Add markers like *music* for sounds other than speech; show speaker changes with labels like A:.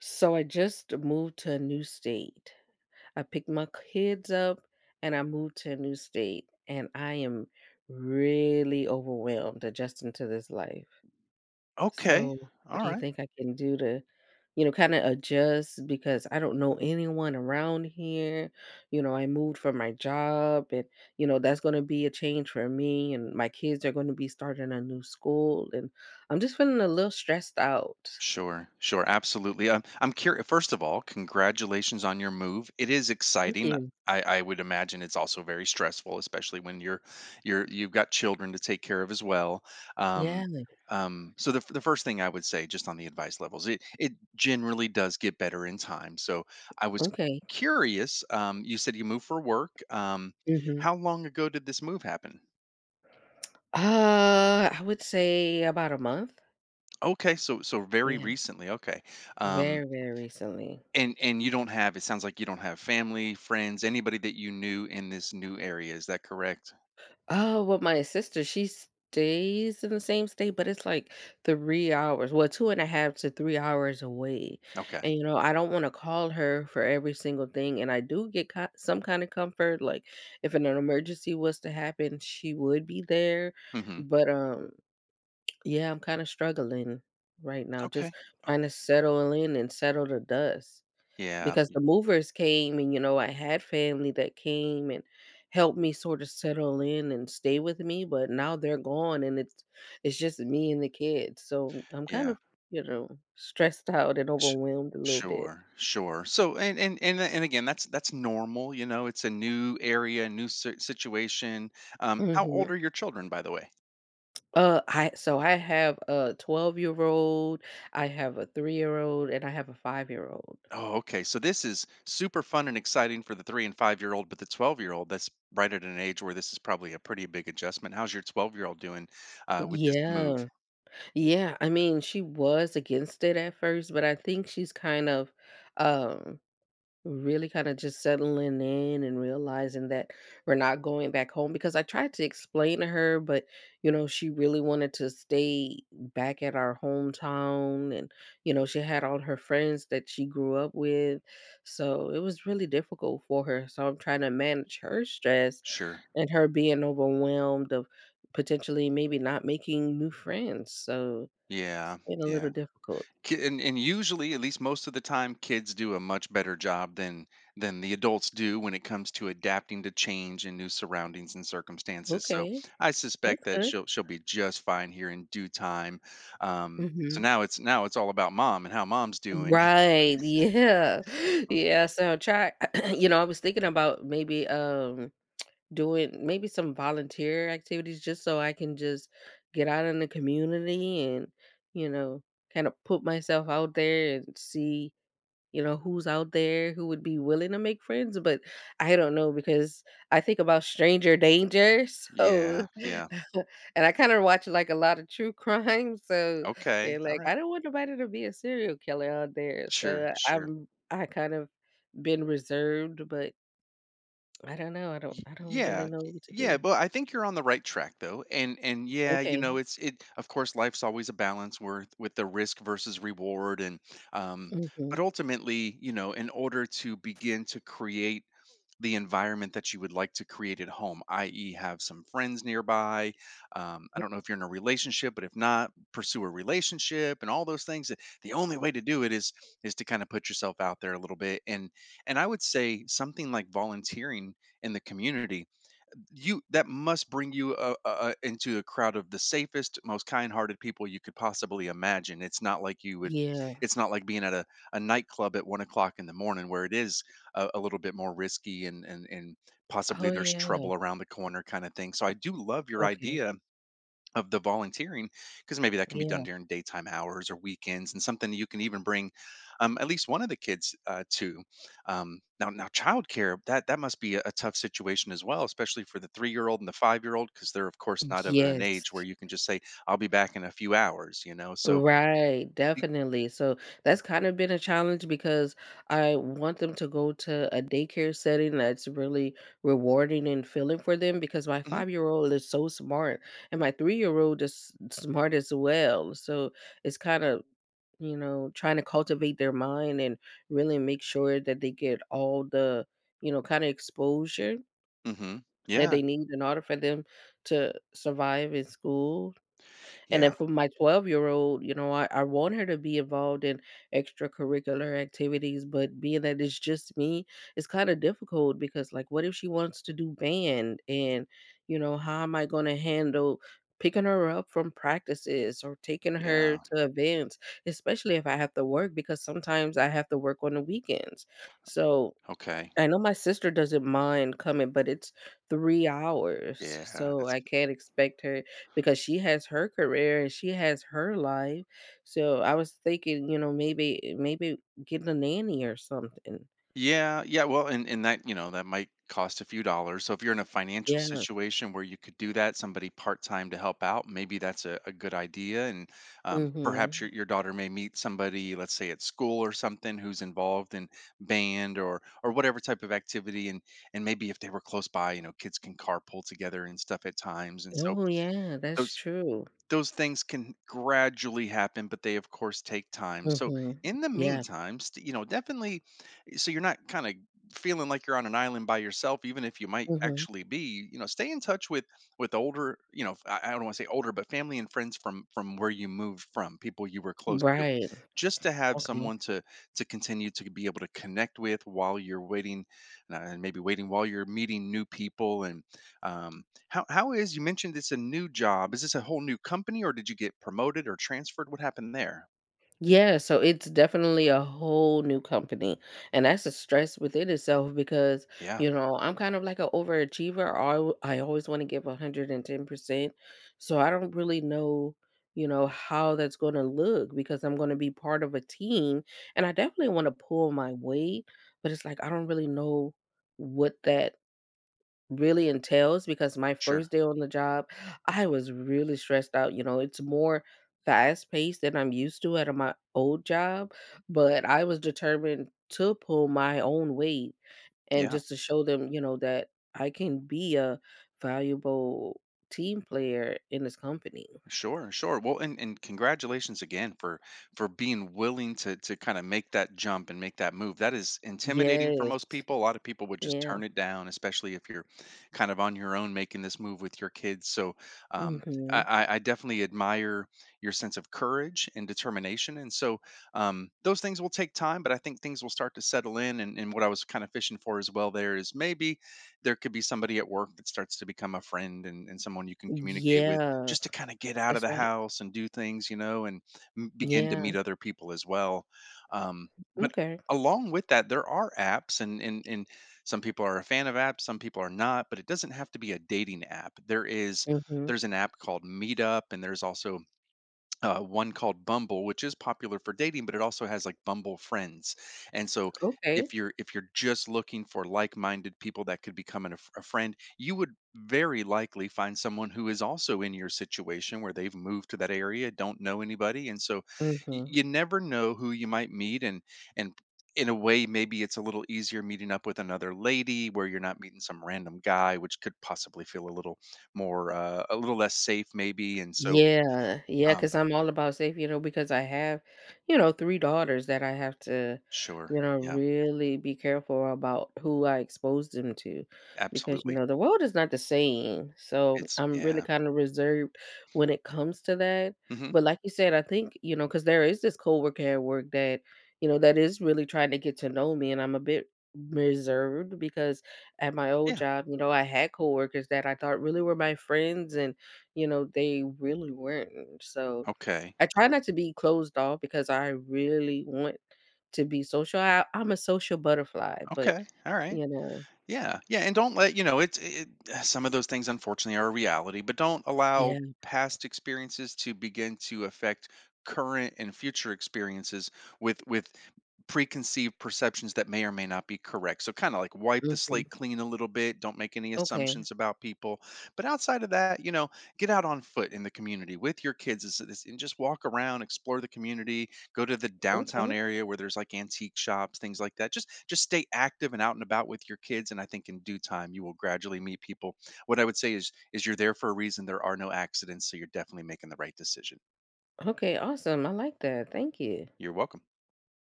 A: So I just moved to a new state. I picked my kids up and I moved to a new state. And I am really overwhelmed adjusting to this life.
B: Okay.
A: So, what
B: All
A: do you
B: right.
A: think I can do to, kind of adjust? Because I don't know anyone around here. You know, I moved for my job, and, that's going to be a change for me. And my kids are going to be starting a new school. And I'm just feeling a little stressed out.
B: Sure. Sure. Absolutely. I'm curious. First of all, congratulations on your move. It is
A: Thank
B: exciting.
A: you.
B: I would imagine it's also very stressful, especially when you've got children to take care of as well.
A: Yeah.
B: Um, so the first thing I would say, just on the advice levels, it generally does get better in time. So I was
A: Okay.
B: curious. You said you moved for work.
A: Mhm.
B: How long ago did this move happen?
A: I would say about a month.
B: Okay, so very
A: Yeah,
B: recently. Okay. Um.
A: very, very recently.
B: And you don't have it sounds like you don't have family, friends, anybody that you knew in this new area, is that correct?
A: Oh, well, my sister, she stays in the same state, but it's like 3 hours, well, two and a half to 3 hours away. And,
B: Okay.
A: you know, I don't want to call her for every single thing. And I do get some kind of comfort. Like if an emergency was to happen, she would be there.
B: Mhm.
A: But, yeah, I'm kind of struggling right now, just
B: Okay. Okay.
A: trying to settle in and settle the dust.
B: Yeah.
A: Because
B: Y
A: the movers came and, you know, I had family that came and helped me sort of settle in and stay with me, but now they're gone and it's just me and the kids. So I'm kind
B: yeah.
A: of, you know, stressed out and
B: Sh
A: overwhelmed a little bit.
B: sure, sure. So and again, that's normal, it's a new area, new si situation. How old
A: Mhm.
B: are your children, by the way?
A: I so I have a 12-year-old, I have a 3-year-old, and I have a 5-year-old.
B: Oh, okay, so this is super fun and exciting for the 3 and 5-year-old, but the 12-year-old, that's right at an age where this is probably a pretty big adjustment. How's your 12-year-old doing, with this move?
A: Yeah. Yeah, I mean, she was against it at first, but I think she's kind of, um really kinda just settling in and realizing that we're not going back home because I tried to explain to her, but, you know, she really wanted to stay back at our hometown and, you know, she had all her friends that she grew up with, so it was really difficult for her, so I'm trying to manage her stress
B: Sure.
A: and her being overwhelmed of potentially maybe not making new friends, so it's
B: Yeah,
A: been a
B: yeah.
A: little difficult.
B: Ki and usually, at least most of the time, kids do a much better job than the adults do when it comes to adapting to change and new surroundings and circumstances, so,
A: Okay,
B: I suspect
A: that's
B: that
A: good.
B: she'll be just fine here in due time, um, so
A: Mhm.
B: now it's now it's all about mom and how mom's doing. *laughs*
A: Right, yeah. *laughs*
B: Um
A: Yeah, so try *clears throat* you know, I was thinking about maybe doing maybe some volunteer activities just so I can just get out in the community and, you know, kind of put myself out there and see who's out there who would be willing to make friends, but I don't know because I think about stranger danger, so
B: Yeah, yeah.
A: *laughs* and I kinda watch, like, a lot of true crime, so
B: Okay,
A: and, like, I
B: alright.
A: don't want nobody to be a serial killer out there,
B: Sure,
A: so
B: sure.
A: I kind of been reserved, but I don't know, I don't
B: Y-
A: I don't really
B: yeah,
A: know
B: y-
A: what to
B: yeah.
A: do.
B: But I think you're on the right track though, and yeah, you know,
A: Okay.
B: it's it. Of course, life's always a balance with the risk versus reward, and um,
A: Mhm.
B: but ultimately, you know, in order to begin to create the environment that you would like to create at home, i.e., have some friends nearby. I don't know if you're in a relationship, but if not, pursue a relationship and all those things. The only way to do it is to kind of put yourself out there a little bit, and I would say something like volunteering in the community you that must bring you into a crowd of the safest, most kind-hearted people you could possibly imagine. It's not like you would,
A: Yeah.
B: it's not like being at a nightclub at 1 o'clock in the morning where it is a little bit more risky and possibly
A: Oh,
B: there's
A: yeah.
B: trouble around the corner kind of thing. So I do love your
A: Okay.
B: idea of the volunteering, because maybe that can be
A: Yeah.
B: done during daytime hours or weekends and something you can even bring at least one of the kids to. Now childcare, that must be a tough situation as well, especially for the 3-year old and the 5-year old, because they're of course not of an
A: Yes.
B: age where you can just say I'll be back in a few hours, so.
A: Right, definitely. So that's kind of been a challenge because I want them to go to a daycare setting that's really rewarding and filling for them because my
B: Mm-hmm.
A: 5 year old is so smart and my 3 year old is smart as well. So it's kind of you know trying to cultivate their mind and really make sure that they get all the you know kind of exposure
B: Hmm.
A: that
B: Yeah.
A: they need in order for them to survive in school and
B: Yeah.
A: then for my 12-year-old, you know, I want her to be involved in extracurricular activities, but being that it's just me, it's kinda difficult because, like, what if she wants to do band? And, you know, how am I gonna handle picking her up from practices or taking her
B: Yeah.
A: to events, especially if I have to work because sometimes I have to work on the weekends. So
B: Okay.
A: I know my sister doesn't mind coming, but it's 3 hours,
B: Yeah,
A: so
B: that's—
A: I can't expect her because she has her career and she has her life, so I was thinking, you know, maybe getting a nanny or something.
B: Yeah, yeah. Well, and that might cost a few dollars. So if you're in a financial
A: Yeah,
B: situation where you could do that, somebody part-time to help out, maybe that's a good idea. And perhaps
A: mhm.
B: your daughter may meet somebody, let's say at school or something, who's involved in band or whatever type of activity. And maybe if they were close by, you know, kids can carpool together and stuff at times. And so
A: Oh, yeah, that's
B: those
A: true.
B: things can gradually happen, but they of course take time. So
A: Mhm.
B: in the
A: Yeah,
B: meantime, definitely, so you're not kind of feeling like you're on an island by yourself, even if you might
A: mhm.
B: actually be. Stay in touch with older, you know, I don't want to say older, but family and friends from where you moved from, people you were close to,
A: Right,
B: just to have
A: okay.
B: someone to continue to be able to connect with while you're waiting, and maybe waiting while you're meeting new people. And um, how is you mentioned it's a new job. Is this a whole new company or did you get promoted or transferred? What happened there?
A: Yeah, so it's definitely a whole new company. And that's a stress within itself because,
B: Yeah,
A: you know, I'm kind of like an overachiever. I always want to give 110%. So I don't really know, you know, how that's going to look because I'm going to be part of a team and I definitely want to pull my weight, but it's like I don't really know what that really entails because my
B: sure.
A: first day on the job, I was really stressed out, you know, it's more fast-paced than I'm used to at, my old job, but I was determined to pull my own weight and
B: Yeah.
A: just to show them, you know, that I can be a valuable team player in this company.
B: Sure, sure. Well, and congratulations again for being willing to kind of make that jump and make that move. That is intimidating for
A: Yes.
B: most people. A lot of people would just
A: Yeah.
B: turn it down, especially if you're kind of on your own making this move with your kids. So um,
A: Mhm.
B: I definitely admire your sense of courage and determination. And so those things will take time, but I think things will start to settle in. And what I was kind of fishing for as well there is maybe there could be somebody at work that starts to become a friend, and someone you can communicate with
A: Yeah.
B: just to kind of get out of
A: That's
B: the
A: right.
B: house and do things, you know, and begin to
A: Yeah.
B: meet other people as well. Um, but
A: Okay.
B: along with that, there are apps, and some people are a fan of apps, some people are not. But it doesn't have to be a dating app.
A: Mhm.
B: There's an app called Meetup, and there's also one called Bumble, which is popular for dating, but it also has like Bumble friends. And so
A: Okay.
B: if you're just looking for like-minded people that could become a friend, you would very likely find someone who is also in your situation, where they've moved to that area, don't know anybody, and so
A: Mhm.
B: you never know who you might meet. And in a way, maybe it's a little easier meeting up with another lady where you're not meeting some random guy, which could possibly feel a little more a little less safe maybe. And so.
A: Yeah, yeah,
B: Um,
A: because 'cause I'm all about safety, you know, because I have, you know, 3 daughters that I have to,
B: Sure.
A: you know,
B: Yeah.
A: really be careful about who I expose them to because, you
B: Absolutely.
A: know, the world is not the same. So,
B: It's—
A: I'm really
B: yeah.
A: kinda reserved when it comes to that.
B: Mhm.
A: But like you said, I think, you know, cause there is this coworker at work that, you know, that is really trying to get to know me, and I'm a bit reserved because at my old
B: Yeah.
A: job, you know, I had coworkers that I thought really were my friends and you know, they really weren't. So
B: Okay.
A: I try not to be closed off because I really want to be social. I'm a social butterfly, but
B: Okay. All right.
A: you know,
B: Yeah. Yeah, and don't let, *sighs* some of those things unfortunately are a reality, but don't allow
A: yeah.
B: past experiences to begin to affect current and future experiences with preconceived perceptions that may or may not be correct. So kind of like wipe the
A: Mhm.
B: slate clean a little bit, don't make any
A: Okay.
B: assumptions about people. But outside of that, you know, get out on foot in the community with your kids and just walk around, explore the community. Go to the
A: Okay.
B: downtown area where there's like antique shops, things like that. Just stay active and out and about with your kids, and I think in due time you will gradually meet people. What I would say is you're there for a reason. There are no accidents, so you're definitely making the right decision.
A: Okay. Awesome. I like that. Thank you.
B: You're welcome.